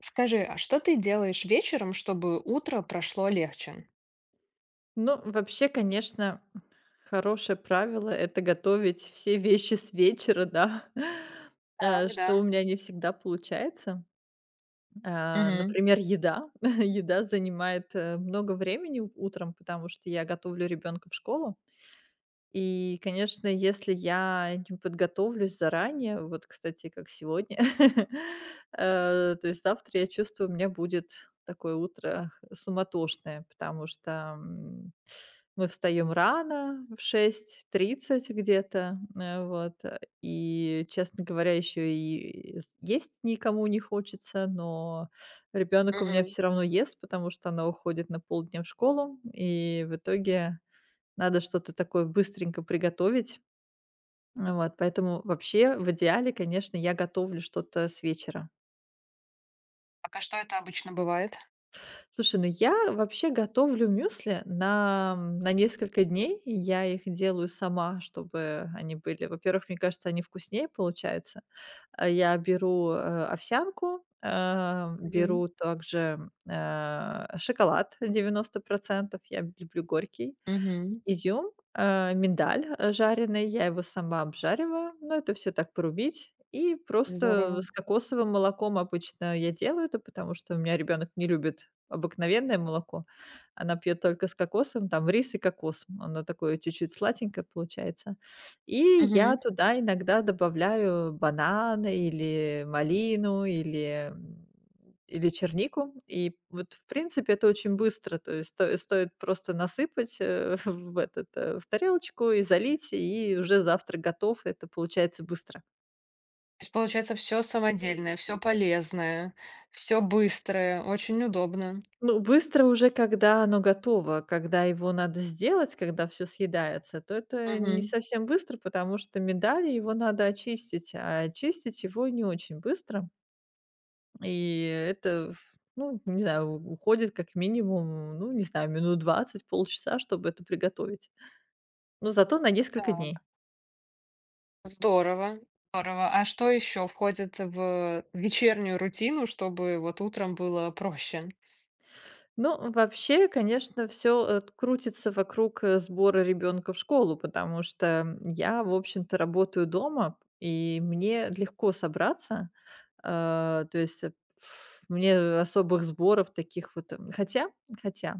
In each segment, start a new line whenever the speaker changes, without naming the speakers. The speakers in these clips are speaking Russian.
Скажи, а что ты делаешь вечером, чтобы утро прошло легче?
Ну, вообще, конечно, хорошее правило- это готовить все вещи с вечера, да,
Так,
что
да.
у меня не всегда получается. А,
Мгм.
например, еда. Еда занимает, много времени у утром, потому что я готовлю ребенка в школу. И, конечно, если я не подготовлюсь заранее, вот, кстати, как сегодня, то есть завтра, я чувствую, у меня будет такое утро суматошное, потому что, мы встаем рано, в 6:30 где-то, вот, и, честно говоря, еще и с есть никому не хочется, но ребенок у меня
Мгм.
все равно ест, потому что она уходит на полдня в школу, и в итоге надо что-то такое быстренько приготовить. Вот, поэтому вообще в идеале, конечно, я готовлю что-то с вечера.
Так, а что это обычно бывает?
Слушай, ну я вообще готовлю мюсли на несколько дней. И я их делаю сама, чтобы они были. Во-первых, мне кажется, они вкуснее получаются. А я беру овсянку,
Мгм.
беру также шоколад 90%. Я люблю горький.
Мгм.
Изюм, миндаль, жареный, я его сама обжариваю, но это все так порубить. И просто
Здорово.
с кокосовым молоком обычно я делаю это, потому что у меня ребенок не любит обыкновенное молоко. Она пьет только с кокосом, там рис и кокос. Оно такое чуть-чуть сладенькое получается. И я
Мгм.
туда иногда добавляю бананы или малину, или чернику. И вот, в принципе, это очень быстро. То есть стоит просто насыпать, в тарелочку и залить, и уже завтрак готов. Это получается быстро.
То есть получается все самодельное, все полезное, все быстрое, очень удобно.
Ну, быстро уже, когда оно готово, когда его надо сделать, когда все съедается, то это не
Мгм.
совсем быстро, потому что медали его надо очистить, а очистить его не очень быстро. И это, ну, не знаю, у уходит как минимум, ну, не знаю, минут 20, полчаса, чтобы это приготовить. Но зато на несколько дней.
Так. Здорово, здорово. А что еще входит в вечернюю рутину, чтобы вот утром было проще?
Ну, вообще, конечно, все крутится вокруг, сбора ребенка в школу, потому что, я, в общем-то, работаю дома, и мне легко собраться. То есть, э, ф мне особых сборов таких вот, хотя,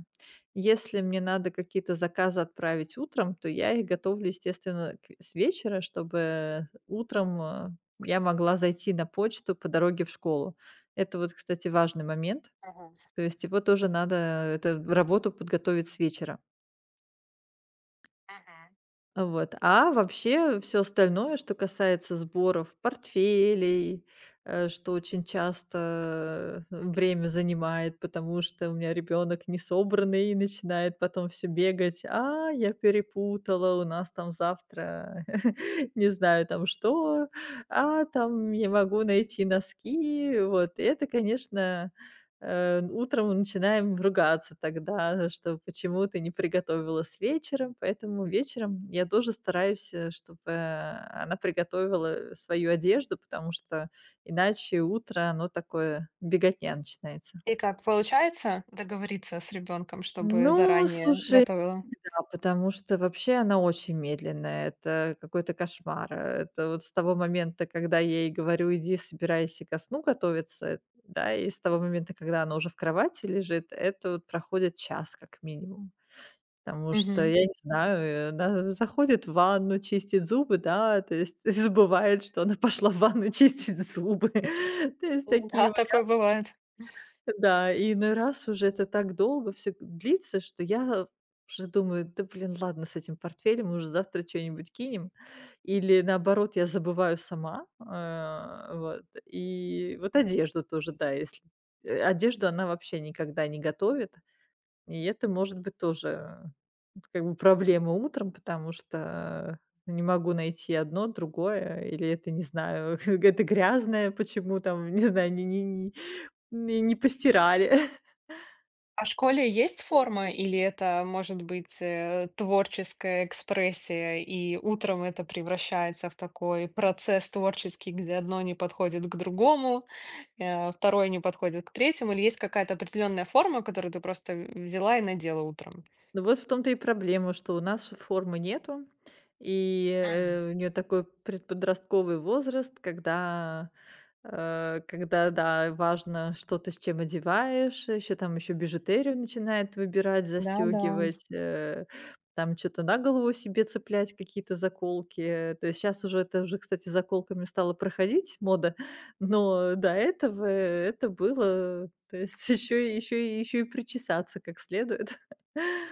если мне надо какие-то заказы отправить утром, то я их готовлю, естественно, к с вечера, чтобы утром, я могла зайти на почту по дороге в школу. Это вот, кстати, важный момент.
Мгм.
То есть его тоже надо, это работу подготовить с вечера.
Мгм.
Вот. А вообще все остальное, что касается сборов портфелей, что очень часто, время занимает, потому что у меня ребенок не несобранный и начинает потом все бегать: "А, я перепутала, у нас там завтра не знаю там что, а там не могу найти носки". Вот. И это, конечно, утром начинаем ругаться тогда, что почему ты не приготовила с вечера. Поэтому вечером я тоже стараюсь, чтобы, она приготовила свою одежду, потому что иначе утро, оно такое беготня начинается.
И как, получается договориться с ребенком, чтобы
Ну,
заранее
слушай,
готовила?
не всегда, потому что вообще она очень медленная. Это какой-то кошмар. Это вот с того момента, когда я ей говорю: "Иди, собирайся ко сну готовиться", да, и с того момента, когда она уже в кровати лежит, это вот проходит час как минимум. Потому что,
Мгм.
я не знаю, она заходит в ванну, чистит зубы, да, то есть забывает, что она пошла в ванну чистить зубы. То есть такие
Да, такое бывает.
да, и иной раз уже это так долго все длится, что я уже думаю: "Да, блин, ладно с этим портфелем, уже завтра что нибудь кинем". Или наоборот, я забываю сама. Вот. И вот одежду тоже, да, если одежду она вообще никогда не готовит, и это может быть тоже, вот как бы, проблема утром, потому что не могу найти одно, другое, или это, не знаю, это грязное, почему там, не знаю, не постирали.
А в школе есть форма или это может быть творческая экспрессия, и утром это превращается в такой процесс творческий, где одно не подходит к другому, второе не подходит к третьему, или есть какая-то определенная форма, которую ты просто взяла и надела утром?
Ну, вот в том-то и проблема, что у нас формы нету, и,
М.
у нее такой предподростковый возраст, когда, да, важно, что ты с чем одеваешь, еще там еще бижутерию начинает выбирать,
Да-да.
застегивать, там что то на голову себе цеплять, какие-то заколки. То есть сейчас уже это уже, кстати, заколками стало проходить мода, но до этого это было, то есть еще и еще и еще и причесаться как следует.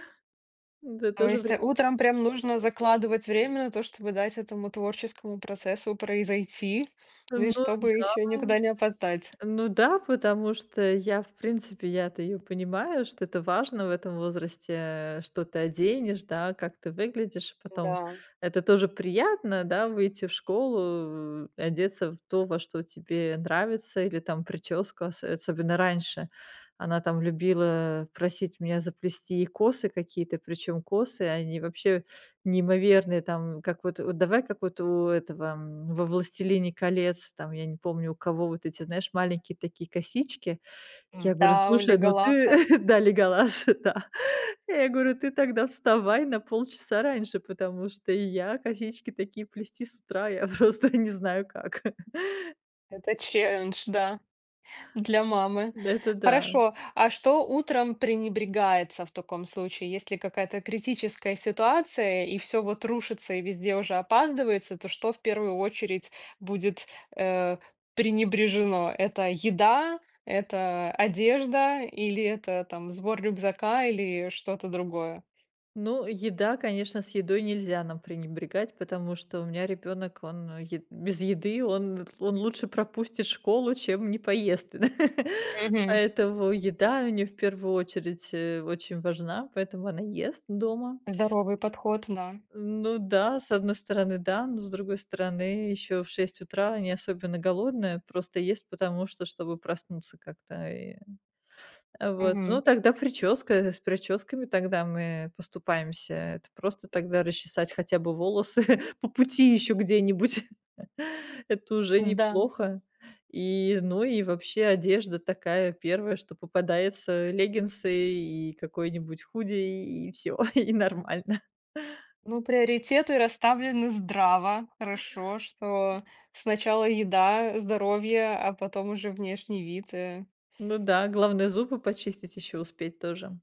Да,
То
тоже
есть,
вре
утром прям нужно закладывать время на то, чтобы дать этому творческому процессу произойти, и
Ну
чтобы еще никуда не опоздать.
ну да, потому что я, в принципе, я-то ее понимаю, что это важно в этом возрасте, что ты оденешь, да, как ты выглядишь. Потом
Да.
это тоже приятно, да, выйти в школу, одеться в то, во что тебе нравится, или там прическу, ос особенно раньше. Она там любила просить меня заплести ей косы какие-то, причем косы, они вообще неимоверные там, как вот давай, как вот у этого, во "Властелине колец", там, я не помню, у кого вот эти, знаешь, маленькие такие косички. Я
Да,
говорю:
у
"Слушай, ну ты".
Леголаса
Да, Леголас, да. Я говорю: "Ты тогда вставай на полчаса раньше, потому что и я косички такие плести с утра, я просто не знаю как".
это челлендж, да. Для мамы.
Это да.
Хорошо. А что утром пренебрегается в таком случае? Если какая-то критическая ситуация и все вот рушится и везде уже опаздывается, то что в первую очередь будет э, пренебрежено? Это еда, это одежда или это там сбор рюкзака или что-то другое?
Ну, еда, конечно, с едой нельзя нам пренебрегать, потому что у меня ребенок, он без еды, он лучше пропустит школу, чем не поест.
Мгм.
Поэтому еда у нее в первую очередь очень важна, поэтому она ест дома.
Здоровый подход. Да.
Ну да, с одной стороны, да, но с другой стороны, еще в 6 утра не особенно голодная, просто ест потому что, чтобы проснуться как-то. А вот,
Мгм.
ну, тогда прическа, с прическами тогда мы поступаемся. Это просто тогда расчесать хотя бы волосы по пути еще где-нибудь. Это уже
Да.
неплохо. И, ну, и вообще одежда такая первая, что попадается, леггинсы и какой-нибудь худи, и все и нормально.
Ну, приоритеты расставлены здраво. Хорошо, что сначала еда, здоровье, а потом уже внешний вид. Э.
Ну да, главное зубы почистить еще успеть тоже.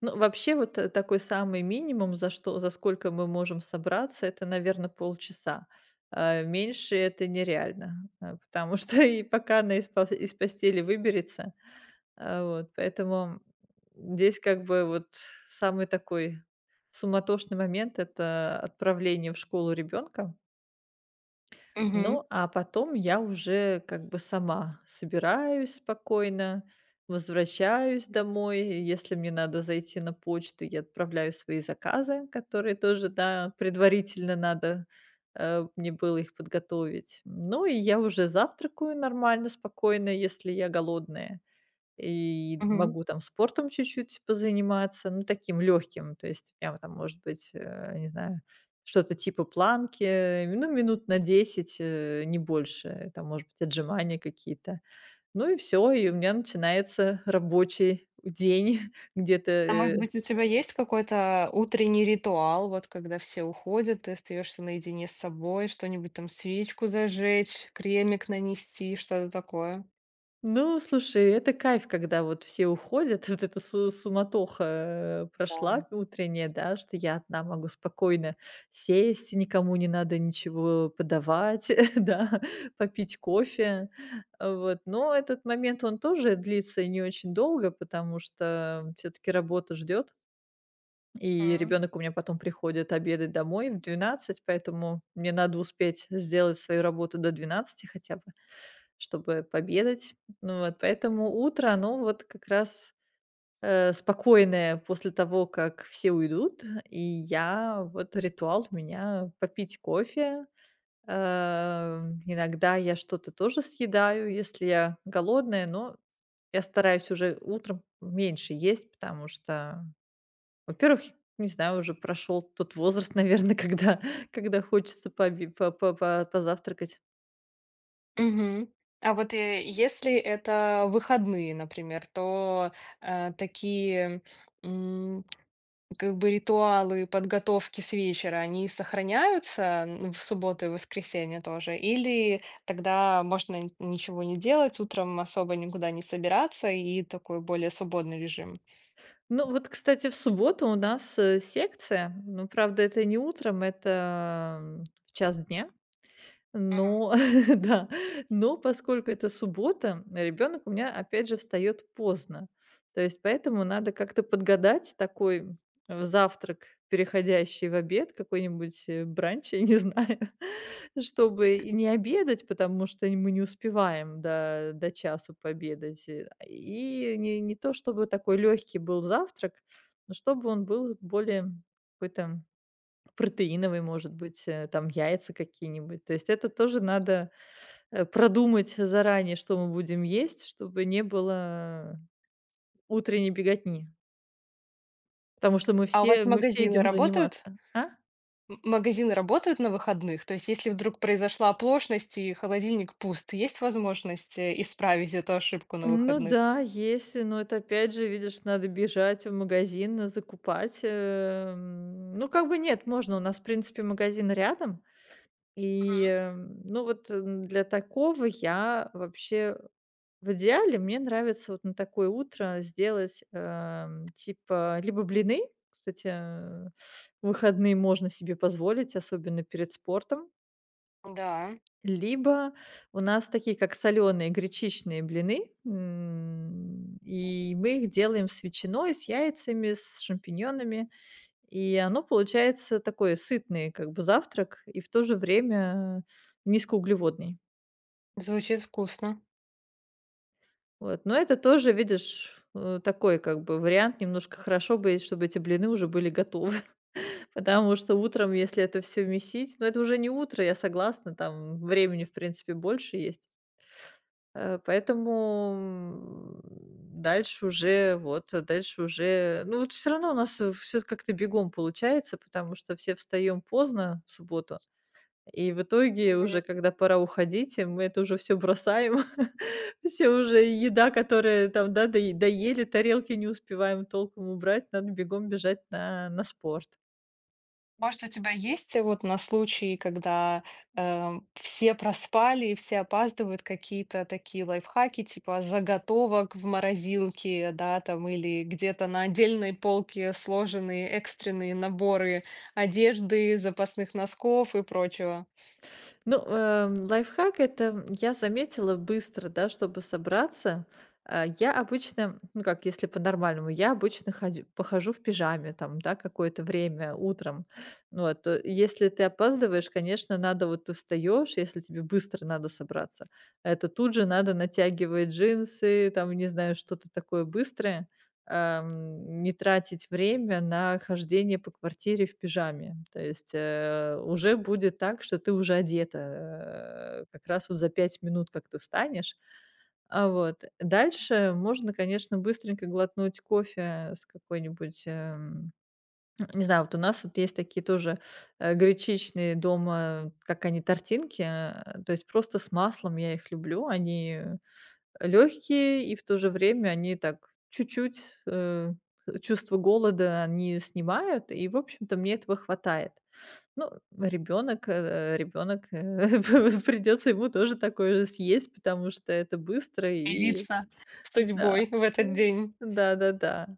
Ну, вообще, вот, такой самый минимум, за сколько мы можем собраться, это, наверное, полчаса. А меньше это нереально, потому что и пока она из постели выберется. А, вот, поэтому здесь как бы вот самый такой суматошный момент- это отправление в школу ребенка.
Мгм.
Ну, а потом я уже как бы сама собираюсь спокойно, возвращаюсь домой. Если мне надо зайти на почту, я отправляю свои заказы, которые тоже, да, предварительно надо мне было их подготовить. Ну и я уже завтракаю нормально, спокойно, если я голодная. И
Мгм.
могу там спортом чуть-чуть позаниматься, ну, таким легким, то есть прямо там, может быть, не знаю, что-то типа планки, ну, минут на 10, не больше, там, может быть, отжимания какие-то. Ну и все, и у меня начинается рабочий день где-то,
А может быть, у тебя есть какой-то утренний ритуал, вот когда все уходят, ты остаешься наедине с собой, что-нибудь там, свечку зажечь, кремик нанести, что-то такое?
Ну, слушай, это кайф, когда вот все уходят, вот эта су суматоха,
Да.
прошла утренняя, да, что я одна могу спокойно сесть, и никому не надо ничего подавать, да, попить кофе. Вот. Но этот момент, он тоже длится не очень долго, потому что все таки работа ждет. И
М.
ребенок у меня потом приходит обедать домой в 12, поэтому мне надо успеть сделать свою работу до 12 хотя бы, чтобы пообедать. Ну вот, поэтому утро, оно вот как раз, спокойное после того, как все уйдут. И я вот ритуал у меня попить кофе. Иногда я что-то тоже съедаю, если я голодная, но я стараюсь уже утром меньше есть, потому что во-первых, не знаю, уже прошел тот возраст, наверное, когда хочется поби по позавтракать.
Мгм. А вот если это выходные, например, то такие как бы ритуалы подготовки с вечера, они сохраняются, ну, в субботу и воскресенье тоже? Или тогда можно н ничего не делать, утром особо никуда не собираться и такой более свободный режим?
Ну вот, кстати, в субботу у нас, секция. Ну, правда, это не утром, это, в час дня.
Мгм.
Но да, но поскольку это суббота, ребенок у меня опять же встает поздно. То есть поэтому надо как-то подгадать такой, завтрак, переходящий в обед, какой-нибудь, бранч, я не знаю, чтобы и не обедать, потому что мы не успеваем до часу пообедать. И не то чтобы такой легкий был завтрак, но чтобы он был более какой-то протеиновый, может быть, там яйца какие-нибудь. То есть это тоже надо, продумать заранее, что мы будем есть, чтобы не было утренней беготни. Потому что мы
А у
все
вас
мы все
магазины
идем
работают?
заниматься. А?
Магазины работают на выходных? То есть если вдруг произошла оплошность и холодильник пуст, есть возможность, исправить эту ошибку на
Ну
выходных?
да, есть, но это опять же, видишь, надо бежать в магазин, закупать. Ну, как бы нет, можно, у нас, в принципе, магазин рядом. И,
Мгм.
ну вот, для такого я вообще в идеале мне нравится вот на такое утро сделать, типа, либо блины. Кстати, в выходные можно себе позволить, особенно перед спортом.
Да,
Либо у нас такие, как соленые гречичные блины, и мы их делаем с ветчиной, с яйцами, с шампиньонами. И оно получается такой сытный как бы завтрак и в то же время низкоуглеводный.
звучит вкусно.
Вот, но это тоже, видишь, такой как бы вариант. Немножко хорошо бы, чтобы эти блины уже были готовы, потому что утром, если это все месить, но это уже не утро, я согласна, там времени, в принципе, больше есть. Поэтому, дальше уже, ну, вот все равно у нас, все как-то бегом получается, потому что все встаем поздно в субботу, и в итоге уже, когда пора уходить, мы это уже все бросаем. Все уже еда, которая там, да, доели, тарелки не успеваем толком убрать, надо бегом бежать на спорт.
Может, у тебя есть вот на случай, когда все проспали и все опаздывают, какие-то такие лайфхаки, типа заготовок в морозилке, да, там, или где-то на отдельной полке сложенные экстренные наборы одежды, запасных носков и прочего.
Ну, лайфхак- это я заметила быстро, да, чтобы собраться. Я обычно, ну, как, если по-нормальному, я обычно ходю похожу в пижаме там, да, какое-то время утром. Ну вот, если ты опаздываешь, конечно, надо вот ты встаешь, если тебе быстро надо собраться, это тут же надо натягивать джинсы, там, не знаю, что-то такое быстрое. Не тратить время на хождение по квартире в пижаме. То есть, уже будет так, что ты уже одета, как раз вот за 5 минут, как ты встанешь. А, вот. Дальше можно, конечно, быстренько глотнуть кофе с какой-нибудь, не знаю, вот у нас вот есть такие тоже, гречичные дома, как они, тортинки, то есть просто с маслом, я их люблю. Они легкие и в то же время они так чуть-чуть, э, чувство голода они снимают, и, в общем-то, мне этого хватает. Ну, ребенок придется ему тоже такое же съесть, потому что это быстро и
Мириться с
да.
судьбой в этот день.
Да-да-да.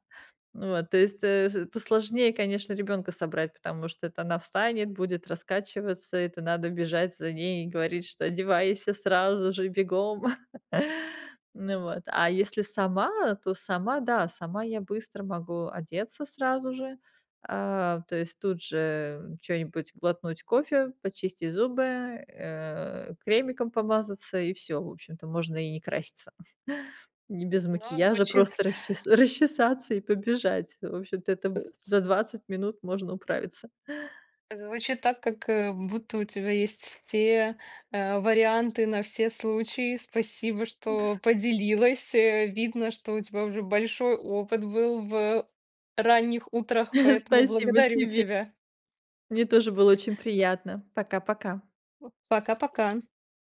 Вот, то есть, с это сложнее, конечно, ребенка собрать, потому что это она встанет, будет раскачиваться, это надо бежать за ней и говорить, что одевайся сразу же, бегом. Ну вот, а если сама, то сама, да, сама я быстро могу одеться сразу же. А, то есть тут же что нибудь глотнуть кофе, почистить зубы, кремиком помазаться, и все. В общем-то, можно и не краситься. Не без
Ну,
макияжа, просто расчес расчесаться и побежать. В общем-то, это б за 20 минут можно управиться.
звучит так, как, будто у тебя есть все, варианты на все случаи. Спасибо, что поделилась. Видно, что у тебя уже большой опыт был в ранних утрах, поэтому
Спасибо
благодарю
тебе.
тебя.
Мне тоже было очень приятно. Пока-пока.
Пока-пока.